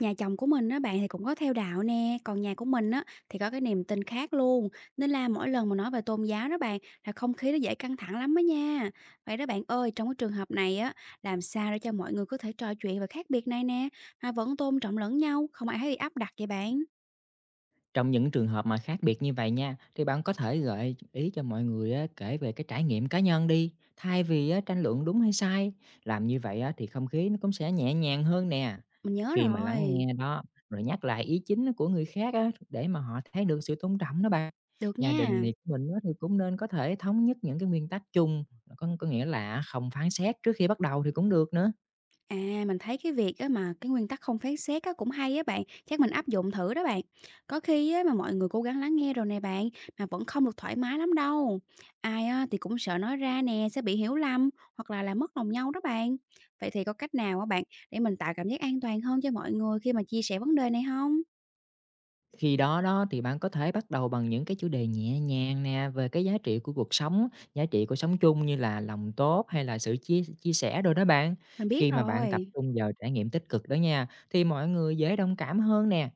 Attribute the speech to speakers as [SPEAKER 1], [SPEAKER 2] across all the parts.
[SPEAKER 1] Nhà chồng của mình á bạn thì cũng có theo đạo nè, còn nhà của mình á thì có cái niềm tin khác luôn. Nên là mỗi lần mà nói về tôn giáo đó bạn là không khí nó dễ căng thẳng lắm đó nha. Vậy đó bạn ơi, trong cái trường hợp này á, làm sao để cho mọi người có thể trò chuyện về khác biệt này nè, mà vẫn tôn trọng lẫn nhau, không ai thấy bị áp đặt vậy bạn.
[SPEAKER 2] Trong những trường hợp mà khác biệt như vậy nha, thì bạn có thể gợi ý cho mọi người á, kể về cái trải nghiệm cá nhân đi, thay vì á, tranh luận đúng hay sai. Làm như vậy á, thì không khí nó cũng sẽ nhẹ nhàng hơn nè.
[SPEAKER 1] Mình nhớ
[SPEAKER 2] Khi mà lắng
[SPEAKER 1] rồi.
[SPEAKER 2] nghe đó, rồi nhắc lại ý chính của người khác á, để mà họ thấy được sự tôn trọng đó bạn.
[SPEAKER 1] Được
[SPEAKER 2] Gia
[SPEAKER 1] nha.
[SPEAKER 2] đình thì của mình á, thì cũng nên có thể thống nhất những cái nguyên tắc chung, có nghĩa là không phán xét trước khi bắt đầu thì cũng được nữa.
[SPEAKER 1] À, mình thấy cái việc á mà cái nguyên tắc không phán xét á cũng hay á bạn, chắc mình áp dụng thử đó bạn. Có khi á mà mọi người cố gắng lắng nghe rồi nè bạn, mà vẫn không được thoải mái lắm đâu. Ai á thì cũng sợ nói ra nè sẽ bị hiểu lầm hoặc là làm mất lòng nhau đó bạn. Vậy thì có cách nào á bạn để mình tạo cảm giác an toàn hơn cho mọi người khi mà chia sẻ vấn đề này không?
[SPEAKER 2] Khi đó đó thì bạn có thể bắt đầu bằng những cái chủ đề nhẹ nhàng nè, về cái giá trị của cuộc sống, giá trị của sống chung như là lòng tốt hay là sự chia chia sẻ đồ đó bạn.
[SPEAKER 1] Mình biết
[SPEAKER 2] Khi mà bạn tập
[SPEAKER 1] rồi.
[SPEAKER 2] trung vào trải nghiệm tích cực đó nha, thì mọi người dễ đồng cảm hơn nè.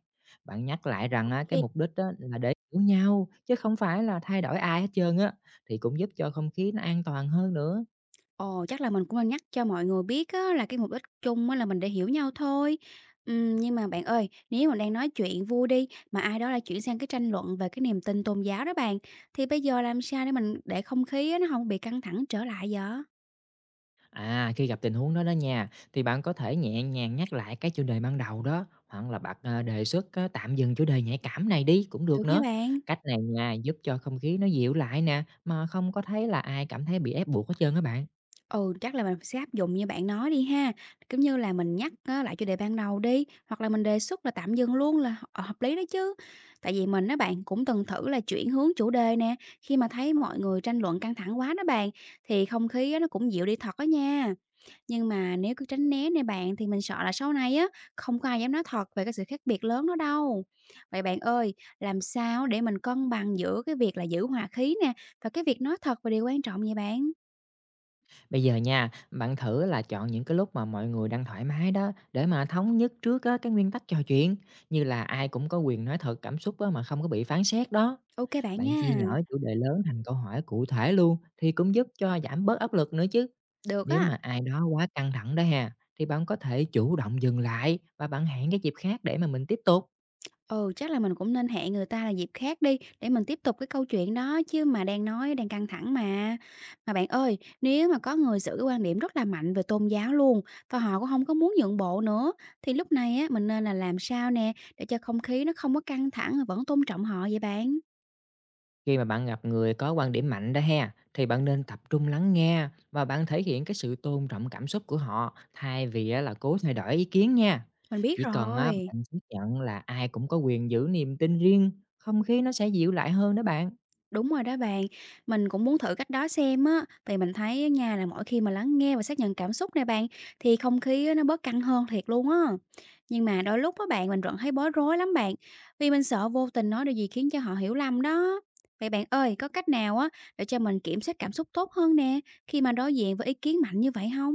[SPEAKER 2] Bạn nhắc lại rằng á, cái
[SPEAKER 1] Ok.
[SPEAKER 2] mục đích á, là để hiểu nhau chứ không phải là thay đổi ai hết trơn á, thì cũng giúp cho không khí nó an toàn hơn nữa.
[SPEAKER 1] Ồ, chắc là mình cũng nên nhắc cho mọi người biết á, là cái mục đích chung á, là mình để hiểu nhau thôi. Nhưng mà bạn ơi, nếu mà đang nói chuyện vui đi, mà ai đó lại chuyển sang cái tranh luận về cái niềm tin tôn giáo đó bạn, thì bây giờ làm sao để mình để không khí á, nó không bị căng thẳng trở lại vậy?
[SPEAKER 2] À, khi gặp tình huống đó đó nha, thì bạn có thể nhẹ nhàng nhắc lại cái chủ đề ban đầu đó, hoặc là bạn à, đề xuất à, tạm dừng chủ đề nhạy cảm này đi cũng
[SPEAKER 1] Được
[SPEAKER 2] được
[SPEAKER 1] nha
[SPEAKER 2] nữa.
[SPEAKER 1] bạn.
[SPEAKER 2] Cách này nha, giúp cho không khí nó dịu lại nè, mà không có thấy là ai cảm thấy bị ép buộc hết trơn các bạn.
[SPEAKER 1] Ừ, chắc là mình sẽ áp dụng như bạn nói đi ha, giống như là mình nhắc á, lại chủ đề ban đầu đi, hoặc là mình đề xuất là tạm dừng luôn là hợp lý đó chứ. Tại vì mình á bạn cũng từng thử là chuyển hướng chủ đề nè, khi mà thấy mọi người tranh luận căng thẳng quá đó bạn, thì không khí á nó cũng dịu đi thật đó nha. Nhưng mà nếu cứ tránh né nè bạn thì mình sợ là sau này á, không có ai dám nói thật về cái sự khác biệt lớn đó đâu. Vậy bạn ơi, làm sao để mình cân bằng giữa cái việc là giữ hòa khí nè, và cái việc nói thật về điều quan trọng vậy bạn?
[SPEAKER 2] Bây giờ nha, bạn thử là chọn những cái lúc mà mọi người đang thoải mái đó, để mà thống nhất trước á, cái nguyên tắc trò chuyện, như là ai cũng có quyền nói thật cảm xúc á, mà không có bị phán xét đó.
[SPEAKER 1] Ok bạn
[SPEAKER 2] Bạn chia
[SPEAKER 1] nha.
[SPEAKER 2] nhỏ chủ đề lớn thành câu hỏi cụ thể luôn thì cũng giúp cho giảm bớt áp lực nữa chứ.
[SPEAKER 1] Được
[SPEAKER 2] Nếu
[SPEAKER 1] á.
[SPEAKER 2] mà ai đó quá căng thẳng đó ha, thì bạn có thể chủ động dừng lại và bạn hẹn cái dịp khác để mà mình tiếp tục.
[SPEAKER 1] Ừ, chắc là mình cũng nên hẹn người ta là dịp khác đi để mình tiếp tục cái câu chuyện đó chứ mà đang nói đang căng thẳng mà. Mà bạn ơi, nếu mà có người giữ quan điểm rất là mạnh về tôn giáo luôn và họ cũng không có muốn nhượng bộ nữa thì lúc này á mình nên là làm sao nè để cho không khí nó không có căng thẳng mà vẫn tôn trọng họ vậy bạn?
[SPEAKER 2] Khi mà bạn gặp người có quan điểm mạnh đó ha, thì bạn nên tập trung lắng nghe và bạn thể hiện cái sự tôn trọng cảm xúc của họ thay vì á là cố thay đổi ý kiến nha.
[SPEAKER 1] Mình biết
[SPEAKER 2] Chỉ cần á,
[SPEAKER 1] rồi.
[SPEAKER 2] bạn chấp nhận là ai cũng có quyền giữ niềm tin riêng, không khí nó sẽ dịu lại hơn đó bạn.
[SPEAKER 1] Đúng rồi đó bạn, mình cũng muốn thử cách đó xem á, vì mình thấy á nha là mỗi khi mà lắng nghe và xác nhận cảm xúc nè bạn, thì không khí á nó bớt căng hơn thiệt luôn á. Nhưng mà đôi lúc á bạn mình vẫn thấy bối rối lắm bạn, vì mình sợ vô tình nói điều gì khiến cho họ hiểu lầm đó. Vậy bạn ơi, có cách nào á để cho mình kiểm soát cảm xúc tốt hơn nè, khi mà đối diện với ý kiến mạnh như vậy không?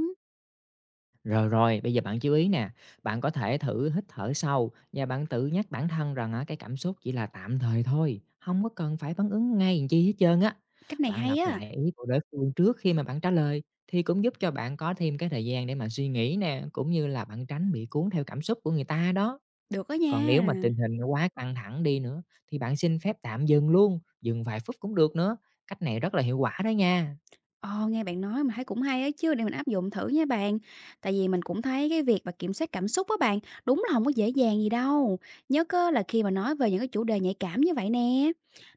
[SPEAKER 2] Rồi, bây giờ bạn chú ý nè, bạn có thể thử hít thở sâu và bạn tự nhắc bản thân rằng á, cái cảm xúc chỉ là tạm thời thôi, không có cần phải phản ứng ngay làm chi hết trơn á.
[SPEAKER 1] Cách này
[SPEAKER 2] Bạn
[SPEAKER 1] hay
[SPEAKER 2] lặp
[SPEAKER 1] á,
[SPEAKER 2] lại ý của đối phương trước khi mà bạn trả lời thì cũng giúp cho bạn có thêm cái thời gian để mà suy nghĩ nè, cũng như là bạn tránh bị cuốn theo cảm xúc của người ta đó.
[SPEAKER 1] được đó
[SPEAKER 2] Còn
[SPEAKER 1] nha.
[SPEAKER 2] nếu mà tình hình nó quá căng thẳng đi nữa thì bạn xin phép tạm dừng luôn, dừng vài phút cũng được nữa, cách này rất là hiệu quả đó nha.
[SPEAKER 1] Ồ, nghe bạn nói mình thấy cũng hay ấy chứ, để mình áp dụng thử nha bạn. Tại vì mình cũng thấy cái việc mà kiểm soát cảm xúc á bạn, đúng là không có dễ dàng gì đâu. Nhất á là khi mà nói về những cái chủ đề nhạy cảm như vậy nè.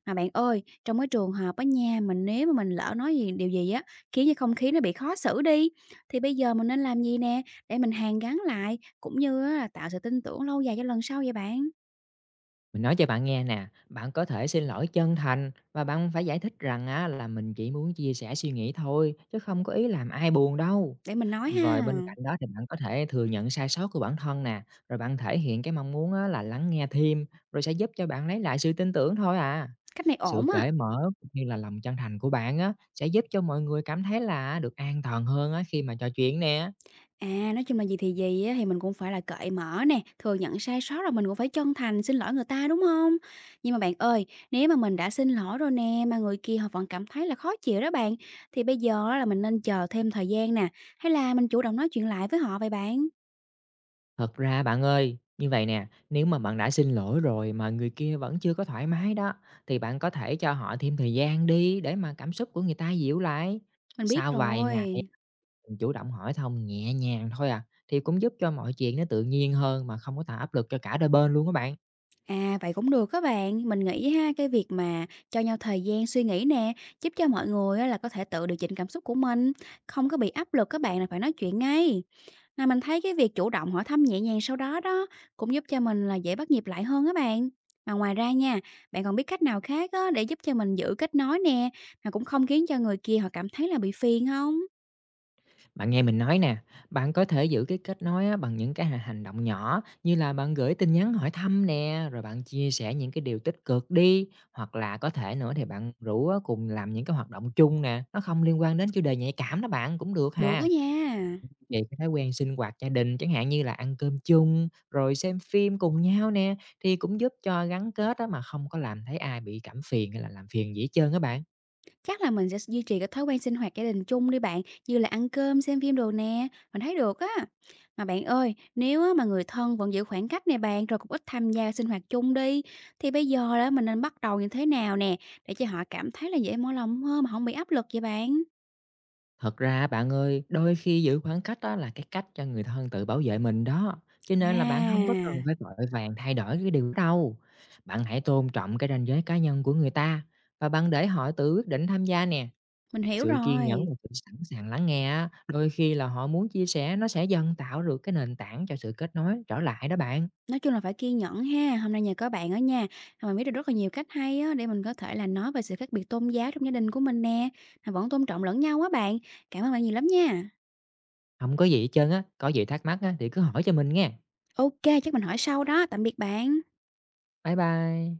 [SPEAKER 1] Mà bạn ơi, trong cái trường hợp á nha, mình nếu mà mình lỡ nói gì điều gì á, khiến cho không khí nó bị khó xử đi, thì bây giờ mình nên làm gì nè, để mình hàn gắn lại, cũng như á là tạo sự tin tưởng lâu dài cho lần sau vậy bạn?
[SPEAKER 2] Mình nói cho bạn nghe nè, bạn có thể xin lỗi chân thành và bạn phải giải thích rằng á, là mình chỉ muốn chia sẻ suy nghĩ thôi chứ không có ý làm ai buồn đâu.
[SPEAKER 1] Để mình nói
[SPEAKER 2] Rồi
[SPEAKER 1] ha,
[SPEAKER 2] bên cạnh đó thì bạn có thể thừa nhận sai sót của bản thân nè, rồi bạn thể hiện cái mong muốn á, là lắng nghe thêm, rồi sẽ giúp cho bạn lấy lại sự tin tưởng thôi à.
[SPEAKER 1] cách này
[SPEAKER 2] Sự
[SPEAKER 1] ổn á.
[SPEAKER 2] cởi mở cũng như là lòng chân thành của bạn á, sẽ giúp cho mọi người cảm thấy là được an toàn hơn á, khi mà trò chuyện nè.
[SPEAKER 1] À, nói chung là gì thì gì á, thì mình cũng phải là cởi mở nè, thừa nhận sai sót rồi mình cũng phải chân thành xin lỗi người ta, đúng không? Nhưng mà bạn ơi, nếu mà mình đã xin lỗi rồi nè, mà người kia họ vẫn cảm thấy là khó chịu đó bạn, thì bây giờ á là mình nên chờ thêm thời gian nè, hay là mình chủ động nói chuyện lại với họ vậy bạn?
[SPEAKER 2] Thật ra bạn ơi, như vậy nè, nếu mà bạn đã xin lỗi rồi mà người kia vẫn chưa có thoải mái đó, thì bạn có thể cho họ thêm thời gian đi để mà cảm xúc của người ta dịu lại.
[SPEAKER 1] Mình biết
[SPEAKER 2] Sau vài ngày
[SPEAKER 1] rồi.
[SPEAKER 2] mình chủ động hỏi thông nhẹ nhàng thôi à, thì cũng giúp cho mọi chuyện nó tự nhiên hơn mà không có tạo áp lực cho cả đôi bên luôn các bạn.
[SPEAKER 1] À, vậy cũng được các bạn, mình nghĩ ha, cái việc mà cho nhau thời gian suy nghĩ nè, giúp cho mọi người á là có thể tự điều chỉnh cảm xúc của mình, không có bị áp lực các bạn là phải nói chuyện ngay. Mà mình thấy cái việc chủ động hỏi thăm nhẹ nhàng sau đó đó cũng giúp cho mình là dễ bắt nhịp lại hơn á bạn. Mà ngoài ra nha, bạn còn biết cách nào khác á để giúp cho mình giữ kết nối nè, mà cũng không khiến cho người kia họ cảm thấy là bị phiền không?
[SPEAKER 2] Bạn nghe mình nói nè, bạn có thể giữ cái kết nối á, bằng những cái hành động nhỏ như là bạn gửi tin nhắn hỏi thăm nè, rồi bạn chia sẻ những cái điều tích cực đi, hoặc là có thể nữa thì bạn rủ á, cùng làm những cái hoạt động chung nè, nó không liên quan đến chủ đề nhạy cảm đó bạn cũng được
[SPEAKER 1] Được đó
[SPEAKER 2] ha.
[SPEAKER 1] nha.
[SPEAKER 2] Vậy cái thói quen sinh hoạt gia đình chẳng hạn như là ăn cơm chung, rồi xem phim cùng nhau nè, thì cũng giúp cho gắn kết á, mà không có làm thấy ai bị cảm phiền hay là làm phiền gì hết trơn các bạn.
[SPEAKER 1] Chắc là mình sẽ duy trì cái thói quen sinh hoạt gia đình chung đi bạn, như là ăn cơm, xem phim đồ nè, mình thấy được á. Mà bạn ơi, nếu á mà người thân vẫn giữ khoảng cách nè bạn, rồi cũng ít tham gia sinh hoạt chung đi, thì bây giờ đó mình nên bắt đầu như thế nào nè, để cho họ cảm thấy là dễ mở lòng hơn mà không bị áp lực vậy bạn?
[SPEAKER 2] Thật ra á bạn ơi, đôi khi giữ khoảng cách đó là cái cách cho người thân tự bảo vệ mình đó, cho nên là bạn không có cần
[SPEAKER 1] À,
[SPEAKER 2] phải vội vàng thay đổi cái điều đó đâu. Bạn hãy tôn trọng cái ranh giới cá nhân của người ta và bạn để họ tự quyết định tham gia nè.
[SPEAKER 1] mình hiểu
[SPEAKER 2] Sự kiên nhẫn
[SPEAKER 1] rồi.
[SPEAKER 2] và sự sẵn sàng lắng nghe á, đôi khi là họ muốn chia sẻ nó sẽ dần tạo được cái nền tảng cho sự kết nối trở lại đó bạn.
[SPEAKER 1] Nói chung là phải kiên nhẫn ha, hôm nay nhờ có bạn ở nha, mà mình biết được rất là nhiều cách hay á, để mình có thể là nói về sự khác biệt tôn giáo trong gia đình của mình nè, mà vẫn tôn trọng lẫn nhau á bạn. Cảm ơn bạn nhiều lắm nha.
[SPEAKER 2] Không có gì hết trơn á, có gì thắc mắc á thì cứ hỏi cho mình nghe.
[SPEAKER 1] OK, chắc mình hỏi sau đó. Tạm biệt bạn.
[SPEAKER 2] Bye bye.